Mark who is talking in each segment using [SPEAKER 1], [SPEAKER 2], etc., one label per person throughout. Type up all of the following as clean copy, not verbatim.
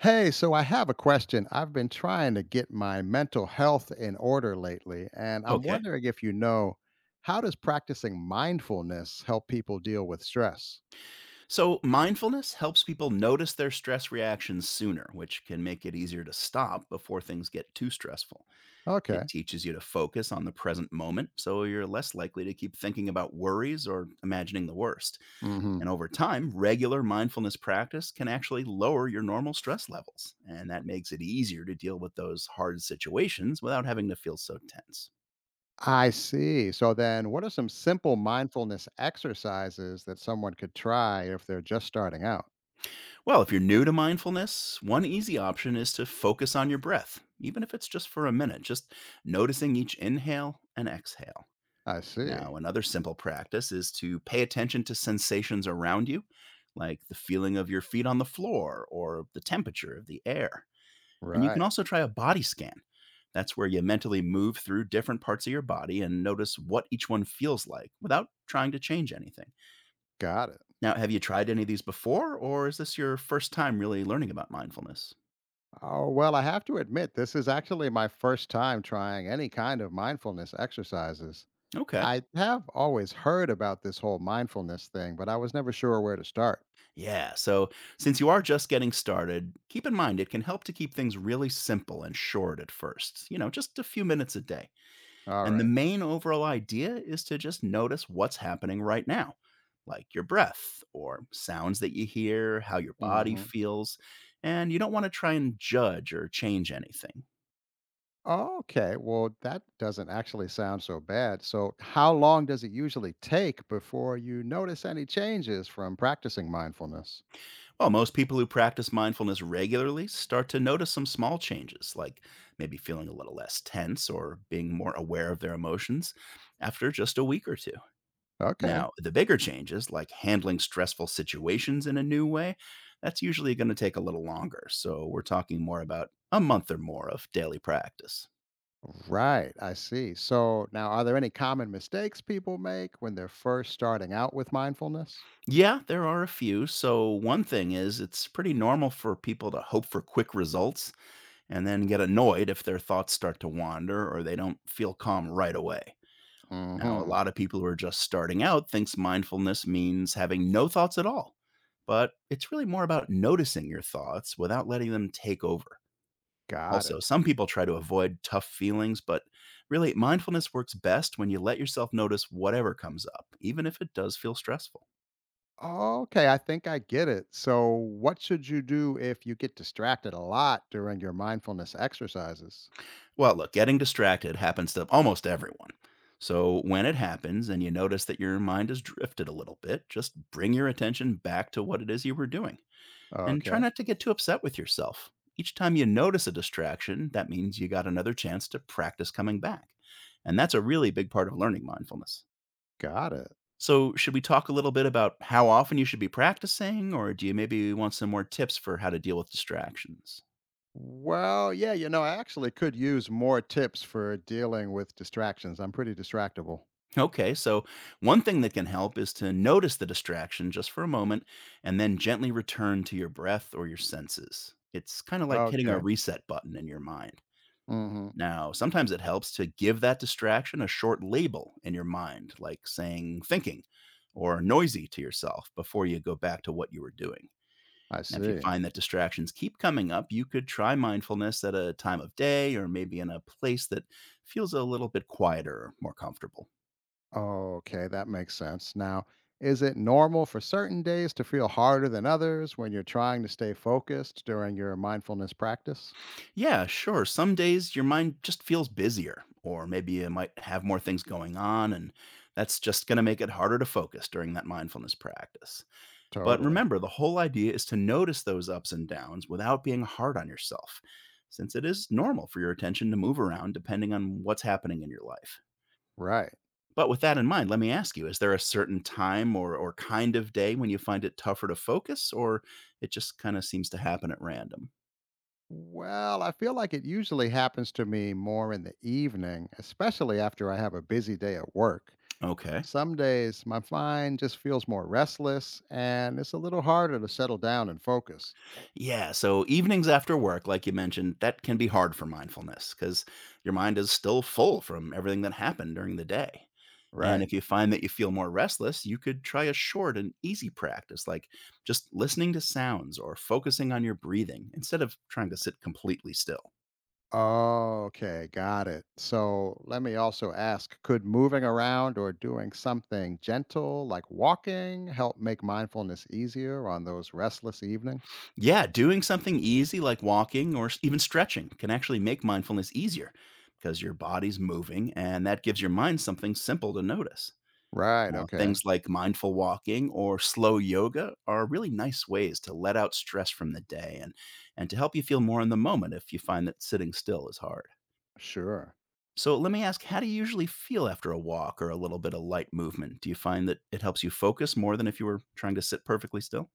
[SPEAKER 1] Hey, so I have a question. I've been trying to get my mental health in order lately, and I'm
[SPEAKER 2] Okay.
[SPEAKER 1] wondering if you know how does practicing mindfulness help people deal with stress?
[SPEAKER 2] So mindfulness helps people notice their stress reactions sooner, which can make it easier to stop before things get too stressful. It
[SPEAKER 1] Okay.
[SPEAKER 2] teaches you to focus on the present moment, so you're less likely to keep thinking about worries or imagining the worst.
[SPEAKER 1] Hmm.
[SPEAKER 2] And over time, regular mindfulness practice can actually lower your normal stress levels, and that makes it easier to deal with those hard situations without having to feel so tense.
[SPEAKER 1] I see. So then, what are some simple mindfulness exercises that someone could try if they're just starting out?
[SPEAKER 2] Well, if you're new to mindfulness, one easy option is to focus on your breath, even if it's just for a minute, just noticing each inhale and exhale.
[SPEAKER 1] I see.
[SPEAKER 2] Now, another simple practice is to pay attention to sensations around you, like the feeling of your feet on the floor or the temperature of the air. And you can
[SPEAKER 1] Right.
[SPEAKER 2] also try a body scan. That's where you mentally move through different parts of your body and notice what each one feels like without trying to change anything.
[SPEAKER 1] Got it.
[SPEAKER 2] Now, have you tried any of these before, or is this your first time really learning about mindfulness?
[SPEAKER 1] Oh, well, I have to admit, this is actually my first time trying any kind of mindfulness exercises.
[SPEAKER 2] Okay.
[SPEAKER 1] I have always heard about this whole mindfulness thing, but I was never sure where to start.
[SPEAKER 2] Yeah. So, since you are just getting started, keep in mind it can help to keep things really simple and short at first, you know, just a few minutes a day.
[SPEAKER 1] All
[SPEAKER 2] And the
[SPEAKER 1] right.
[SPEAKER 2] main overall idea is to just notice what's happening right now, like your breath or sounds that you hear, how your body
[SPEAKER 1] Mm-hmm.
[SPEAKER 2] feels. And you don't want to try and judge or change anything.
[SPEAKER 1] Okay. Well, that doesn't actually sound so bad. So, how long does it usually take before you notice any changes from practicing mindfulness?
[SPEAKER 2] Well, most people who practice mindfulness regularly start to notice some small changes, like maybe feeling a little less tense or being more aware of their emotions after just a week or two.
[SPEAKER 1] Okay.
[SPEAKER 2] Now, the bigger changes, like handling stressful situations in a new way, that's usually going to take a little longer. So, we're talking more about a month or more of daily practice.
[SPEAKER 1] Right. I see. So, now are there any common mistakes people make when they're first starting out with mindfulness?
[SPEAKER 2] Yeah, there are a few. So, one thing is it's pretty normal for people to hope for quick results and then get annoyed if their thoughts start to wander or they don't feel calm right away.
[SPEAKER 1] Mm
[SPEAKER 2] Now, a
[SPEAKER 1] hmm.
[SPEAKER 2] lot of people who are just starting out thinks mindfulness means having no thoughts at all, but it's really more about noticing your thoughts without letting them take over.
[SPEAKER 1] Got
[SPEAKER 2] Also,
[SPEAKER 1] it.
[SPEAKER 2] some people try to avoid tough feelings, but really mindfulness works best when you let yourself notice whatever comes up, even if it does feel stressful.
[SPEAKER 1] Oh, okay, I think I get it. So, what should you do if you get distracted a lot during your mindfulness exercises?
[SPEAKER 2] Well, look, getting distracted happens to almost everyone. So when it happens and you notice that your mind has drifted a little bit, just bring your attention back to what it is you were doing and try
[SPEAKER 1] Okay,
[SPEAKER 2] not to get too upset with yourself. Each time you notice a distraction, that means you got another chance to practice coming back. And that's a really big part of learning mindfulness.
[SPEAKER 1] got it.
[SPEAKER 2] So, should we talk a little bit about how often you should be practicing, or do you maybe want some more tips for how to deal with distractions?
[SPEAKER 1] Well, yeah, I actually could use more tips for dealing with distractions. I'm pretty distractible.
[SPEAKER 2] Okay, so one thing that can help is to notice the distraction just for a moment and then gently return to your breath or your senses. It's kind of like hitting a
[SPEAKER 1] Okay.
[SPEAKER 2] reset button in your mind.
[SPEAKER 1] Mhm.
[SPEAKER 2] Now, sometimes it helps to give that distraction a short label in your mind, like saying thinking or noisy to yourself before you go back to what you were doing.
[SPEAKER 1] I
[SPEAKER 2] Now, if you
[SPEAKER 1] see.
[SPEAKER 2] find that distractions keep coming up, you could try mindfulness at a time of day or maybe in a place that feels a little bit quieter or more comfortable.
[SPEAKER 1] Okay, that makes sense. Now, is it normal for certain days to feel harder than others when you're trying to stay focused during your mindfulness practice?
[SPEAKER 2] Yeah, sure. Some days your mind just feels busier, or maybe you might have more things going on, and that's just going to make it harder to focus during that mindfulness practice. But
[SPEAKER 1] Totally.
[SPEAKER 2] remember, the whole idea is to notice those ups and downs without being hard on yourself, since it is normal for your attention to move around depending on what's happening in your life.
[SPEAKER 1] Right.
[SPEAKER 2] But with that in mind, let me ask you, is there a certain time or kind of day when you find it tougher to focus, or it just kind of seems to happen at random?
[SPEAKER 1] Well, I feel like it usually happens to me more in the evening, especially after I have a busy day at work.
[SPEAKER 2] Okay.
[SPEAKER 1] Some days my mind just feels more restless and it's a little harder to settle down and focus.
[SPEAKER 2] Yeah, so evenings after work, like you mentioned, that can be hard for mindfulness because your mind is still full from everything that happened during the day. And
[SPEAKER 1] Right.
[SPEAKER 2] if you find that you feel more restless, you could try a short and easy practice like just listening to sounds or focusing on your breathing instead of trying to sit completely still.
[SPEAKER 1] Okay, got it. So let me also ask, could moving around or doing something gentle like walking help make mindfulness easier on those restless evenings?
[SPEAKER 2] Yeah, doing something easy like walking or even stretching can actually make mindfulness easier because your body's moving and that gives your mind something simple to notice.
[SPEAKER 1] Right.
[SPEAKER 2] Now, things
[SPEAKER 1] Okay.
[SPEAKER 2] like mindful walking or slow yoga are really nice ways to let out stress from the day and to help you feel more in the moment if you find that sitting still is hard.
[SPEAKER 1] Sure.
[SPEAKER 2] So, let me ask, how do you usually feel after a walk or a little bit of light movement? Do you find that it helps you focus more than if you were trying to sit perfectly still?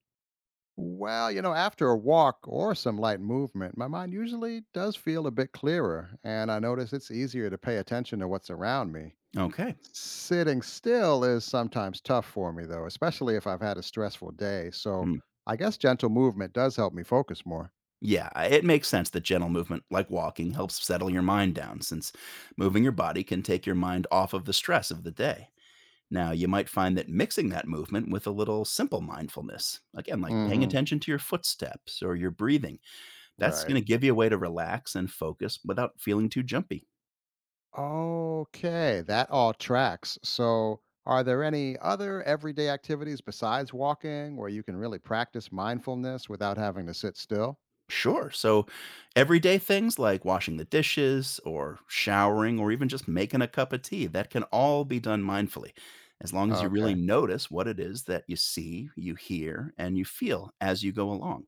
[SPEAKER 1] Well, after a walk or some light movement, my mind usually does feel a bit clearer, and I notice it's easier to pay attention to what's around me.
[SPEAKER 2] Okay.
[SPEAKER 1] Sitting still is sometimes tough for me, though, especially if I've had a stressful day. So
[SPEAKER 2] Hmm.
[SPEAKER 1] I guess gentle movement does help me focus more.
[SPEAKER 2] It makes sense that gentle movement, like walking, helps settle your mind down since moving your body can take your mind off of the stress of the day. Now, you might find that mixing that movement with a little simple mindfulness, again, like paying
[SPEAKER 1] Hmm.
[SPEAKER 2] attention to your footsteps or your breathing, that's
[SPEAKER 1] Right.
[SPEAKER 2] going to give you a way to relax and focus without feeling too jumpy.
[SPEAKER 1] Okay, that all tracks. So are there any other everyday activities besides walking where you can really practice mindfulness without having to sit still?
[SPEAKER 2] Sure. So, everyday things like washing the dishes or showering or even just making a cup of tea, that can all be done mindfully, as long as you really
[SPEAKER 1] Okay.
[SPEAKER 2] notice what it is that you see, you hear, and you feel as you go along.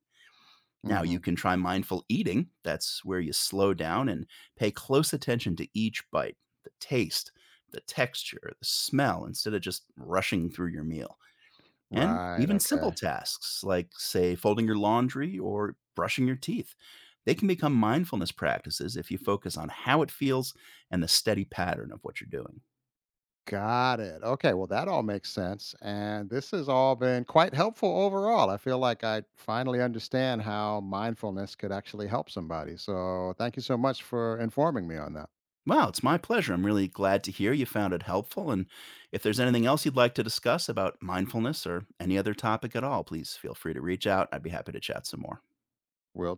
[SPEAKER 2] Now, you
[SPEAKER 1] Hmm.
[SPEAKER 2] can try mindful eating. That's where you slow down and pay close attention to each bite, the taste, the texture, the smell, instead of just rushing through your meal. And
[SPEAKER 1] Right,
[SPEAKER 2] even simple
[SPEAKER 1] okay.
[SPEAKER 2] tasks like, say, folding your laundry or brushing your teeth, they can become mindfulness practices if you focus on how it feels and the steady pattern of what you're doing.
[SPEAKER 1] Got it. Okay, well, that all makes sense, and this has all been quite helpful overall. I feel like I finally understand how mindfulness could actually help somebody, so thank you so much for informing me on that.
[SPEAKER 2] Wow, it's my pleasure. I'm really glad to hear you found it helpful. And if there's anything else you'd like to discuss about mindfulness or any other topic at all, please feel free to reach out. I'd be happy to chat some more.
[SPEAKER 1] Will